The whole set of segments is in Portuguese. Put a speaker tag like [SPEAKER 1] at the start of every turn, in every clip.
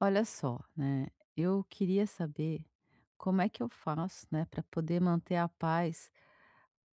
[SPEAKER 1] Olha só, né? Eu queria saber como é que eu faço, né, para poder manter a paz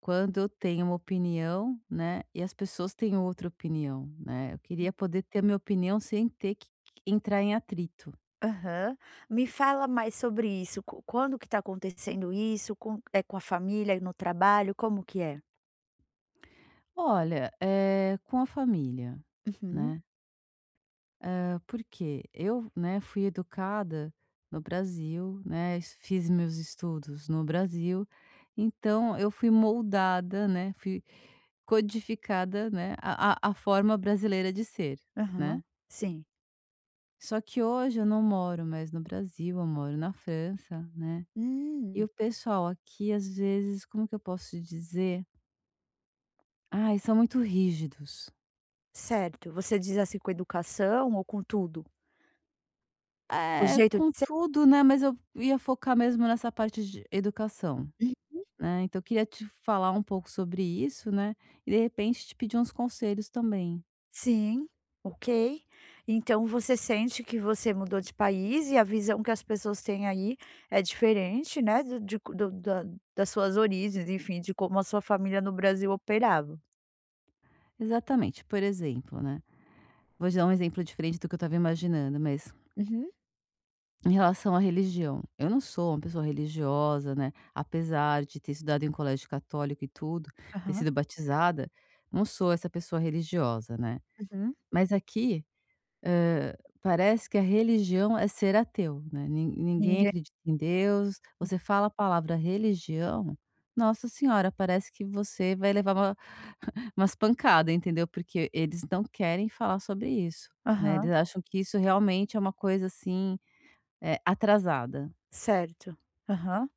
[SPEAKER 1] quando eu tenho uma opinião, né, e as pessoas têm outra opinião, né? Eu queria poder ter a minha opinião sem ter que entrar em atrito.
[SPEAKER 2] Aham. Me fala mais sobre isso, co quando que tá acontecendo isso, com é com a família e no trabalho, como que é?
[SPEAKER 1] Olha, é, com a família,
[SPEAKER 2] Uhum.
[SPEAKER 1] né? Porque eu, né, fui educada no Brasil, né, fiz meus estudos no Brasil, então eu fui moldada, né, fui codificada, né, a forma brasileira de ser,
[SPEAKER 2] Aham.
[SPEAKER 1] né.
[SPEAKER 2] Sim.
[SPEAKER 1] Só que hoje eu não moro mais no Brasil, eu moro na França, né. E
[SPEAKER 2] Hum,
[SPEAKER 1] o pessoal aqui, às vezes, como que eu posso dizer? Ai, são muito rígidos.
[SPEAKER 2] certo. Você diz assim com educação ou com tudo? O
[SPEAKER 1] É,
[SPEAKER 2] jeito de
[SPEAKER 1] com
[SPEAKER 2] ser?
[SPEAKER 1] tudo, né, mas eu ia focar mesmo nessa parte de educação.
[SPEAKER 2] Hum.
[SPEAKER 1] Né, então eu queria te falar um pouco sobre isso, né, e de repente te pedir uns conselhos também.
[SPEAKER 2] Sim, ok. Então você sente que você mudou de país e a visão que as pessoas têm aí é diferente, né, do de co do da das suas origens, enfim, de como a sua família no Brasil operava.
[SPEAKER 1] Exatamente, por exemplo, né, vou te dar um exemplo diferente do que eu estava imaginando, mas
[SPEAKER 2] Uhum.
[SPEAKER 1] em relação à religião, eu não sou uma pessoa religiosa, né, apesar de ter estudado em colégio católico e tudo, ter
[SPEAKER 2] Aham.
[SPEAKER 1] sido batizada, não sou essa pessoa religiosa, né.
[SPEAKER 2] Uhum.
[SPEAKER 1] Mas aqui Hã, parece que a religião é ser ateu, né, ninguém
[SPEAKER 2] Ninguém.
[SPEAKER 1] acredita em Deus, você fala a palavra religião, nossa senhora, parece que você vai levar uma umas pancada, entendeu, porque eles não querem falar sobre isso, né,
[SPEAKER 2] Aham,
[SPEAKER 1] eles acham que isso realmente é uma coisa, assim, atrasada.
[SPEAKER 2] certo. Aham.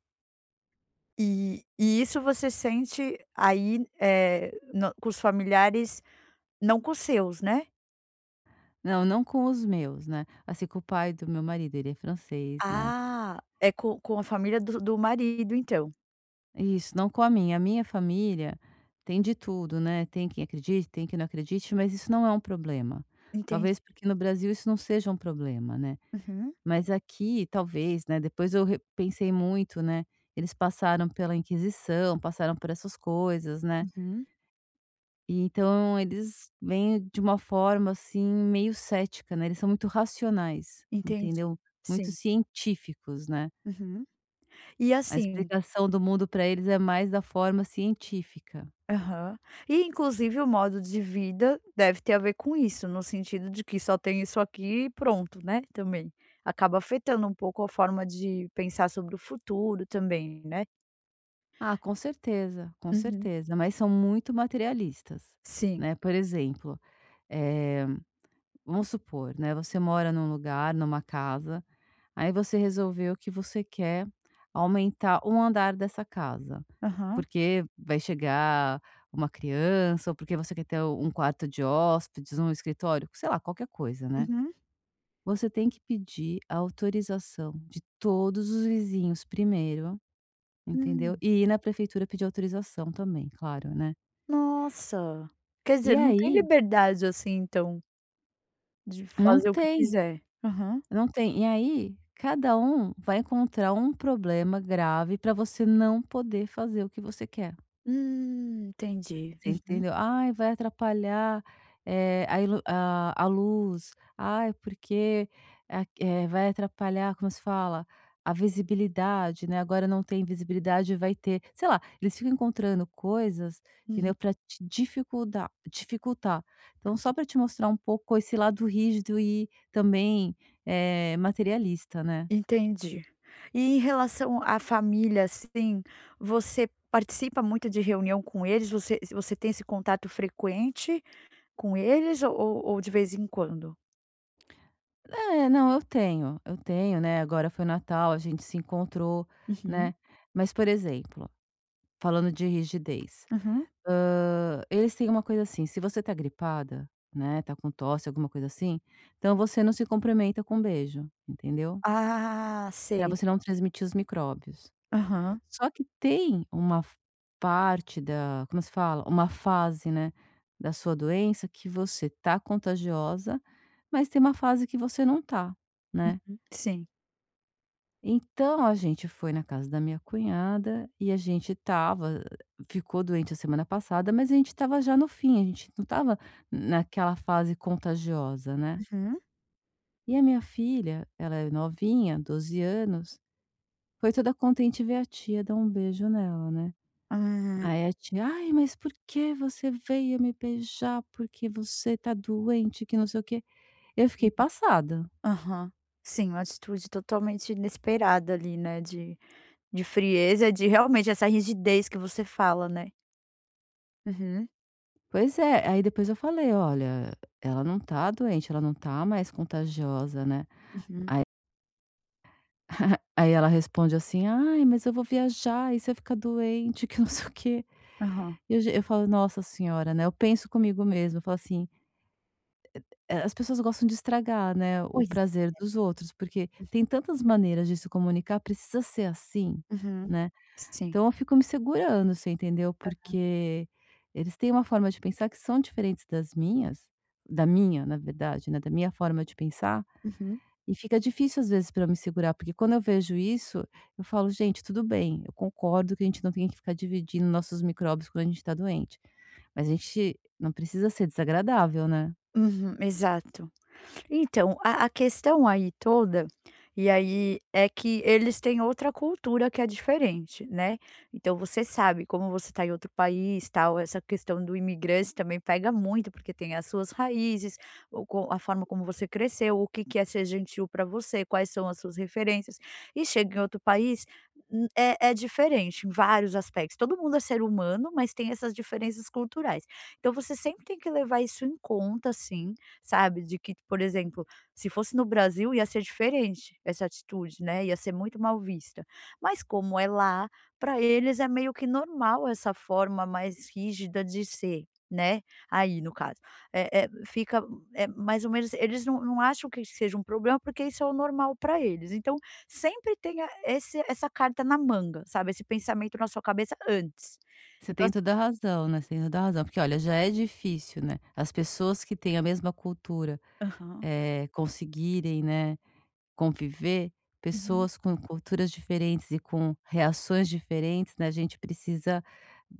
[SPEAKER 2] E isso você sente aí, no com os familiares, não com os seus, né?
[SPEAKER 1] Não, não com os meus, né, assim, com o pai do meu marido, ele é francês, né.
[SPEAKER 2] Ah, é com a família do marido então.
[SPEAKER 1] Isso, não com a minha. A minha família tem de tudo, né, tem quem acredite, tem quem não acredite, mas isso não é um problema.
[SPEAKER 2] Entendi.
[SPEAKER 1] Talvez porque no Brasil isso não seja um problema, né.
[SPEAKER 2] Uhum,
[SPEAKER 1] Mas aqui talvez, né, depois eu re pensei muito, né, eles passaram pela Inquisição, passaram por essas coisas, né,
[SPEAKER 2] uhum,
[SPEAKER 1] e então eles vêm de uma forma, assim, meio cética, né, eles são muito racionais,
[SPEAKER 2] entendi.
[SPEAKER 1] entendeu, muito
[SPEAKER 2] Sim,
[SPEAKER 1] científicos, né.
[SPEAKER 2] uhum. E
[SPEAKER 1] A
[SPEAKER 2] assim
[SPEAKER 1] explicação do mundo para eles é mais da forma científica.
[SPEAKER 2] aham. E inclusive o modo de vida deve ter a ver com isso, no sentido de que só tem isso aqui e pronto, né, também. Acaba afetando um pouco a forma de pensar sobre o futuro também, né?
[SPEAKER 1] Ah, com
[SPEAKER 2] Uhum.
[SPEAKER 1] certeza, mas são muito materialistas,
[SPEAKER 2] Sim.
[SPEAKER 1] né. Por exemplo, eh, vamos supor, né, você mora num lugar, numa casa, aí você resolveu que você quer aumentar um andar dessa casa,
[SPEAKER 2] Aham.
[SPEAKER 1] porque vai chegar uma criança ou porque você quer ter um quarto de hóspedes, um escritório, sei lá, qualquer coisa, né.
[SPEAKER 2] Uhum.
[SPEAKER 1] Você tem que pedir a autorização de todos os vizinhos primeiro, entendeu,
[SPEAKER 2] Hum.
[SPEAKER 1] e ir na prefeitura pedir autorização também, claro, né.
[SPEAKER 2] Nossa! Quer dizer,
[SPEAKER 1] E
[SPEAKER 2] não tem
[SPEAKER 1] aí
[SPEAKER 2] liberdade, assim, então, de
[SPEAKER 1] não
[SPEAKER 2] fazer o que
[SPEAKER 1] tem,
[SPEAKER 2] quiser? Aham.
[SPEAKER 1] não tem. E aí cada um vai encontrar um problema grave para você não poder fazer o que você quer.
[SPEAKER 2] Entendi.
[SPEAKER 1] Você
[SPEAKER 2] Uhum.
[SPEAKER 1] entendeu? "Ai, vai atrapalhar, a a luz. Ai, porque vai atrapalhar", como se fala? "A visibilidade", né, agora não tem visibilidade, vai ter. Sei lá, eles ficam encontrando coisas,
[SPEAKER 2] Uhum.
[SPEAKER 1] entendeu, para te dificuldar dificultar. Então só para te mostrar um pouco esse lado rígido e também, materialista, né.
[SPEAKER 2] Entendi. E em relação à família, assim, você participa muito de reunião com eles? Você tem esse contato frequente com eles ou ou de vez em quando?
[SPEAKER 1] É, não, eu tenho, né, agora foi Natal, a gente se encontrou,
[SPEAKER 2] Uhum.
[SPEAKER 1] né. Mas, por exemplo, falando de rigidez,
[SPEAKER 2] Aham.
[SPEAKER 1] eles têm uma coisa assim, se você tá gripada, né, tá com tosse, alguma coisa assim, então você não se cumprimenta com beijo, entendeu?
[SPEAKER 2] Ah,
[SPEAKER 1] Pra
[SPEAKER 2] sei.
[SPEAKER 1] você não transmitir os micróbios.
[SPEAKER 2] Aham.
[SPEAKER 1] Só que tem uma f parte da, como se fala? Uma fase, né, da sua doença que você tá contagiosa, mas tem uma fase que você não tá, né?
[SPEAKER 2] Sim.
[SPEAKER 1] Então a gente foi na casa da minha cunhada e a gente estava ficou doente a semana passada, mas a gente estava já no fim, a gente não estava naquela fase contagiosa, né.
[SPEAKER 2] Uhum.
[SPEAKER 1] E a minha filha, ela é novinha, 12 anos, foi toda contente ver a tia dar um beijo nela, né.
[SPEAKER 2] Ah.
[SPEAKER 1] Aí a tia: "Ai, mas por que você veio me beijar? Porque você está doente, que não sei o quê". Eu fiquei passada.
[SPEAKER 2] Aham. Sim, uma atitude totalmente inesperada ali, né, de frieza, de realmente essa rigidez que você fala, né. Uhum,
[SPEAKER 1] Pois é, aí depois eu falei: "Olha, ela não tá doente, ela não tá mais contagiosa, né".
[SPEAKER 2] uhum.
[SPEAKER 1] Aí ela responde assim: "Ai, mas eu vou viajar, e se eu ficar doente, que não sei o quê".
[SPEAKER 2] Aham.
[SPEAKER 1] E eu falo: "Nossa senhora", né, eu penso comigo mesma, eu falo assim: "As pessoas gostam de estragar, né, o
[SPEAKER 2] Pois.
[SPEAKER 1] prazer dos outros, porque tem tantas maneiras de se comunicar, precisa ser assim,
[SPEAKER 2] Uhum.
[SPEAKER 1] né?".
[SPEAKER 2] Sim.
[SPEAKER 1] Então eu fico me segurando, você entendeu? Porque eles têm uma forma de pensar que são diferentes das minhas, da minha, na verdade, né, da minha forma de pensar,
[SPEAKER 2] Uhum.
[SPEAKER 1] e fica difícil às vezes para eu me segurar, porque quando eu vejo isso, eu falo: "Gente, tudo bem, eu concordo que a gente não tem que ficar dividindo nossos micróbios quando a gente está doente, mas a gente não precisa ser desagradável, né?".
[SPEAKER 2] Uhum, exato. Então, a questão aí toda, e aí é que eles têm outra cultura que é diferente, né. Então você sabe, como você está em outro país, tal, essa questão do imigrante também pega muito, porque tem as suas raízes, o co a forma como você cresceu, o que que é ser gentil para você, quais são as suas referências. E chega em outro país, é diferente em vários aspectos. Todo mundo é ser humano, mas tem essas diferenças culturais. Então você sempre tem que levar isso em conta, sim. Sabe, de que, por exemplo, se fosse no Brasil ia ser diferente essa atitude, né, ia ser muito mal vista. Mas como é lá, para eles é meio que normal essa forma mais rígida de ser, né, aí no caso. é é fica, é mais ou menos, eles não acham que seja um problema, porque isso é o normal para eles. Então, sempre tenha esse essa carta na manga, sabe, esse pensamento na sua cabeça antes.
[SPEAKER 1] Você
[SPEAKER 2] Então
[SPEAKER 1] tem
[SPEAKER 2] assim
[SPEAKER 1] toda a razão, né, você tem toda a razão, porque olha, já é difícil, né, as pessoas que têm a mesma cultura,
[SPEAKER 2] aham.
[SPEAKER 1] conseguirem, né, conviver,
[SPEAKER 2] Uhum.
[SPEAKER 1] pessoas com culturas diferentes e com reações diferentes, né, a gente precisa,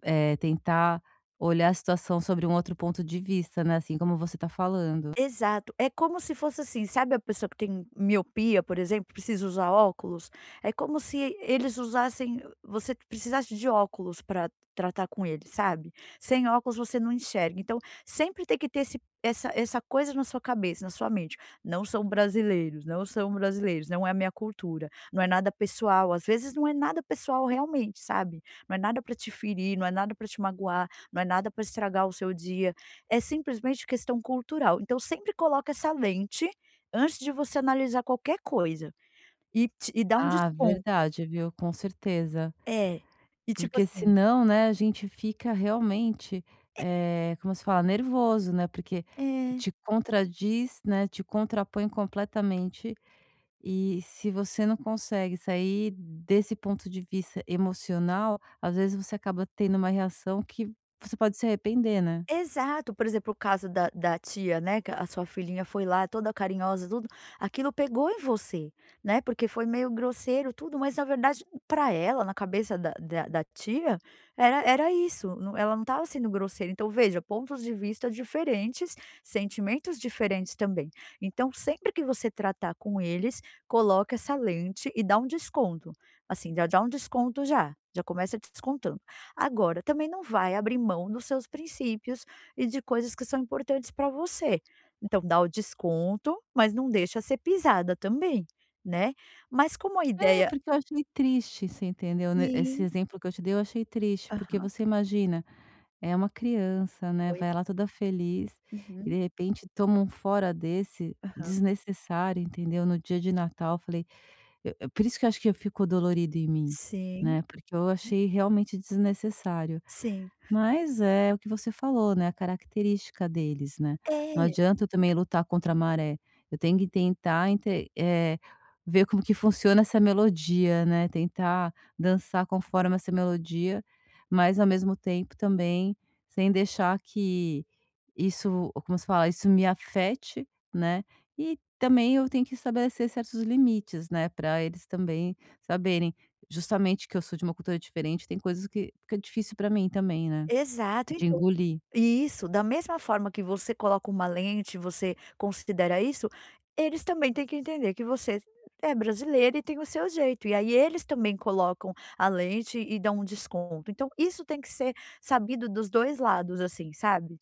[SPEAKER 1] tentar olhar a situação sobre um outro ponto de vista, né, assim como você está falando.
[SPEAKER 2] Exato, é como se fosse assim, sabe, a pessoa que tem miopia, por exemplo, precisa usar óculos? É como se eles usassem você precisasse de óculos para tratar com ele, sabe? Sem óculos você não enxerga, então sempre tem que ter esse essa essa coisa na sua cabeça, na sua mente, não são brasileiros, não são brasileiros, não é a minha cultura, não é nada pessoal, às vezes não é nada pessoal realmente, sabe? Não é nada para te ferir, não é nada para te magoar, não é nada para estragar o seu dia. É simplesmente questão cultural. Então sempre coloca essa lente antes de você analisar qualquer coisa e te e dá um
[SPEAKER 1] Ah,
[SPEAKER 2] desconto.
[SPEAKER 1] verdade, viu, com certeza.
[SPEAKER 2] É. E tipo
[SPEAKER 1] Porque
[SPEAKER 2] assim
[SPEAKER 1] senão, né, a gente fica realmente, como se fala? Nervoso, né, porque
[SPEAKER 2] é.
[SPEAKER 1] te contradiz, né, te contrapõe completamente. E se você não consegue sair desse ponto de vista emocional, às vezes você acaba tendo uma reação que você pode se arrepender, né.
[SPEAKER 2] Exato, por exemplo, o caso da tia, né, que a sua filhinha foi lá toda carinhosa, tudo, aquilo pegou em você, né, porque foi meio grosseiro tudo, mas na verdade para ela, na cabeça da tia, era isso, não, ela não estava sendo grosseira, então veja, pontos de vista diferentes, sentimentos diferentes também. Então sempre que você tratar com eles, coloca essa lente e dá um desconto, assim, já dá um desconto já, já começa descontando. Agora, também não vai abrir mão dos seus princípios e de coisas que são importantes para você. Então, dá o desconto, mas não deixa ser pisada também, né. Mas como a
[SPEAKER 1] É,
[SPEAKER 2] ideia
[SPEAKER 1] porque eu achei triste, você entendeu, né, esse
[SPEAKER 2] sim,
[SPEAKER 1] exemplo que eu te dei, eu achei triste, porque
[SPEAKER 2] aham,
[SPEAKER 1] você imagina, é uma criança, né,
[SPEAKER 2] pois
[SPEAKER 1] vai lá
[SPEAKER 2] é.
[SPEAKER 1] toda feliz e de
[SPEAKER 2] Uhum.
[SPEAKER 1] repente toma um fora desse desnecessário, entendeu, no dia de Natal, eu falei, por isso que eu acho que eu fico dolorido em mim,
[SPEAKER 2] Sim,
[SPEAKER 1] né, porque eu achei realmente desnecessário.
[SPEAKER 2] sim.
[SPEAKER 1] Mas é o que você falou, né, a característica deles, né. Não
[SPEAKER 2] É,
[SPEAKER 1] adianta eu também lutar contra a maré, eu tenho que tentar ver como que funciona essa melodia, né, tentar dançar conforme essa melodia, mas ao mesmo tempo também sem deixar que isso, como se fala? Isso me afete, né, e também eu tenho que estabelecer certos limites, né, para eles também saberem justamente que eu sou de uma cultura diferente, tem coisas que fica difícil pra mim também, né,
[SPEAKER 2] exato,
[SPEAKER 1] de
[SPEAKER 2] então.
[SPEAKER 1] engolir.
[SPEAKER 2] E isso, da mesma forma que você coloca uma lente, você considera isso, eles também têm que entender que você é brasileiro e tem o seu jeito. E aí eles também colocam a lente e dão um desconto. Então isso tem que ser sabido dos 2 lados, assim, sabe?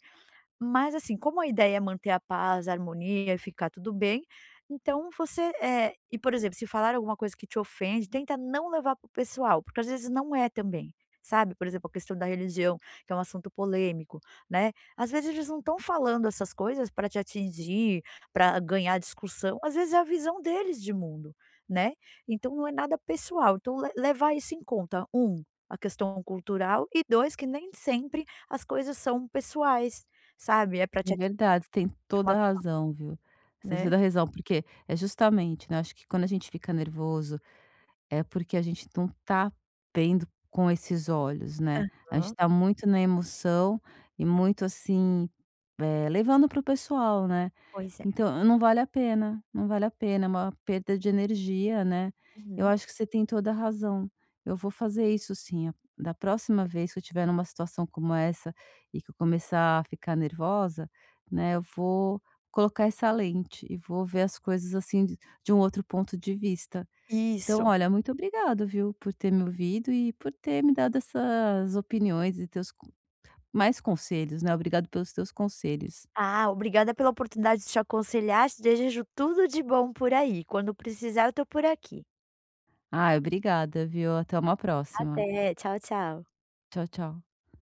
[SPEAKER 2] Mas assim, como a ideia é manter a paz, a harmonia e ficar tudo bem, então você, por exemplo, se falar alguma coisa que te ofende, tenta não levar para o pessoal, porque às vezes não é também, sabe? Por exemplo, a questão da religião, que é um assunto polêmico, né? Às vezes eles não estão falando essas coisas para te atingir, para ganhar discussão, às vezes é a visão deles de mundo, né? Então não é nada pessoal. Então levar isso em conta, um, a questão cultural, e dois, que nem sempre as coisas são pessoais. Sabe, é pra te
[SPEAKER 1] É
[SPEAKER 2] atingir
[SPEAKER 1] verdade, você tem toda
[SPEAKER 2] uma
[SPEAKER 1] a razão, viu. Você tem
[SPEAKER 2] né.
[SPEAKER 1] toda a razão, porque é justamente, né, acho que quando a gente fica nervoso, é porque a gente não tá vendo com esses olhos, né. A gente
[SPEAKER 2] Hã.
[SPEAKER 1] tá muito na emoção e muito, assim, levando pro pessoal, né.
[SPEAKER 2] Pois é.
[SPEAKER 1] Então, não vale a pena, não vale a pena, é uma perda de energia, né. Eu
[SPEAKER 2] Uhum.
[SPEAKER 1] acho que você tem toda a razão. Eu vou fazer isso sim. A Da próxima vez que eu tiver numa situação como essa e que eu começar a ficar nervosa, né, eu vou colocar essa lente e vou ver as coisas, assim, de um outro ponto de vista. Então,
[SPEAKER 2] Isso.
[SPEAKER 1] olha, muito obrigado, viu, por ter me ouvido e por ter me dado essas opiniões e teus co mais conselhos, né. Obrigado pelos teus conselhos.
[SPEAKER 2] Ah, obrigada pela oportunidade de te aconselhar, te desejo tudo de bom por aí, quando precisar eu tô por aqui.
[SPEAKER 1] Ah, obrigada, viu. Até uma próxima.
[SPEAKER 2] Até, tchau, tchau.
[SPEAKER 1] Tchau, tchau.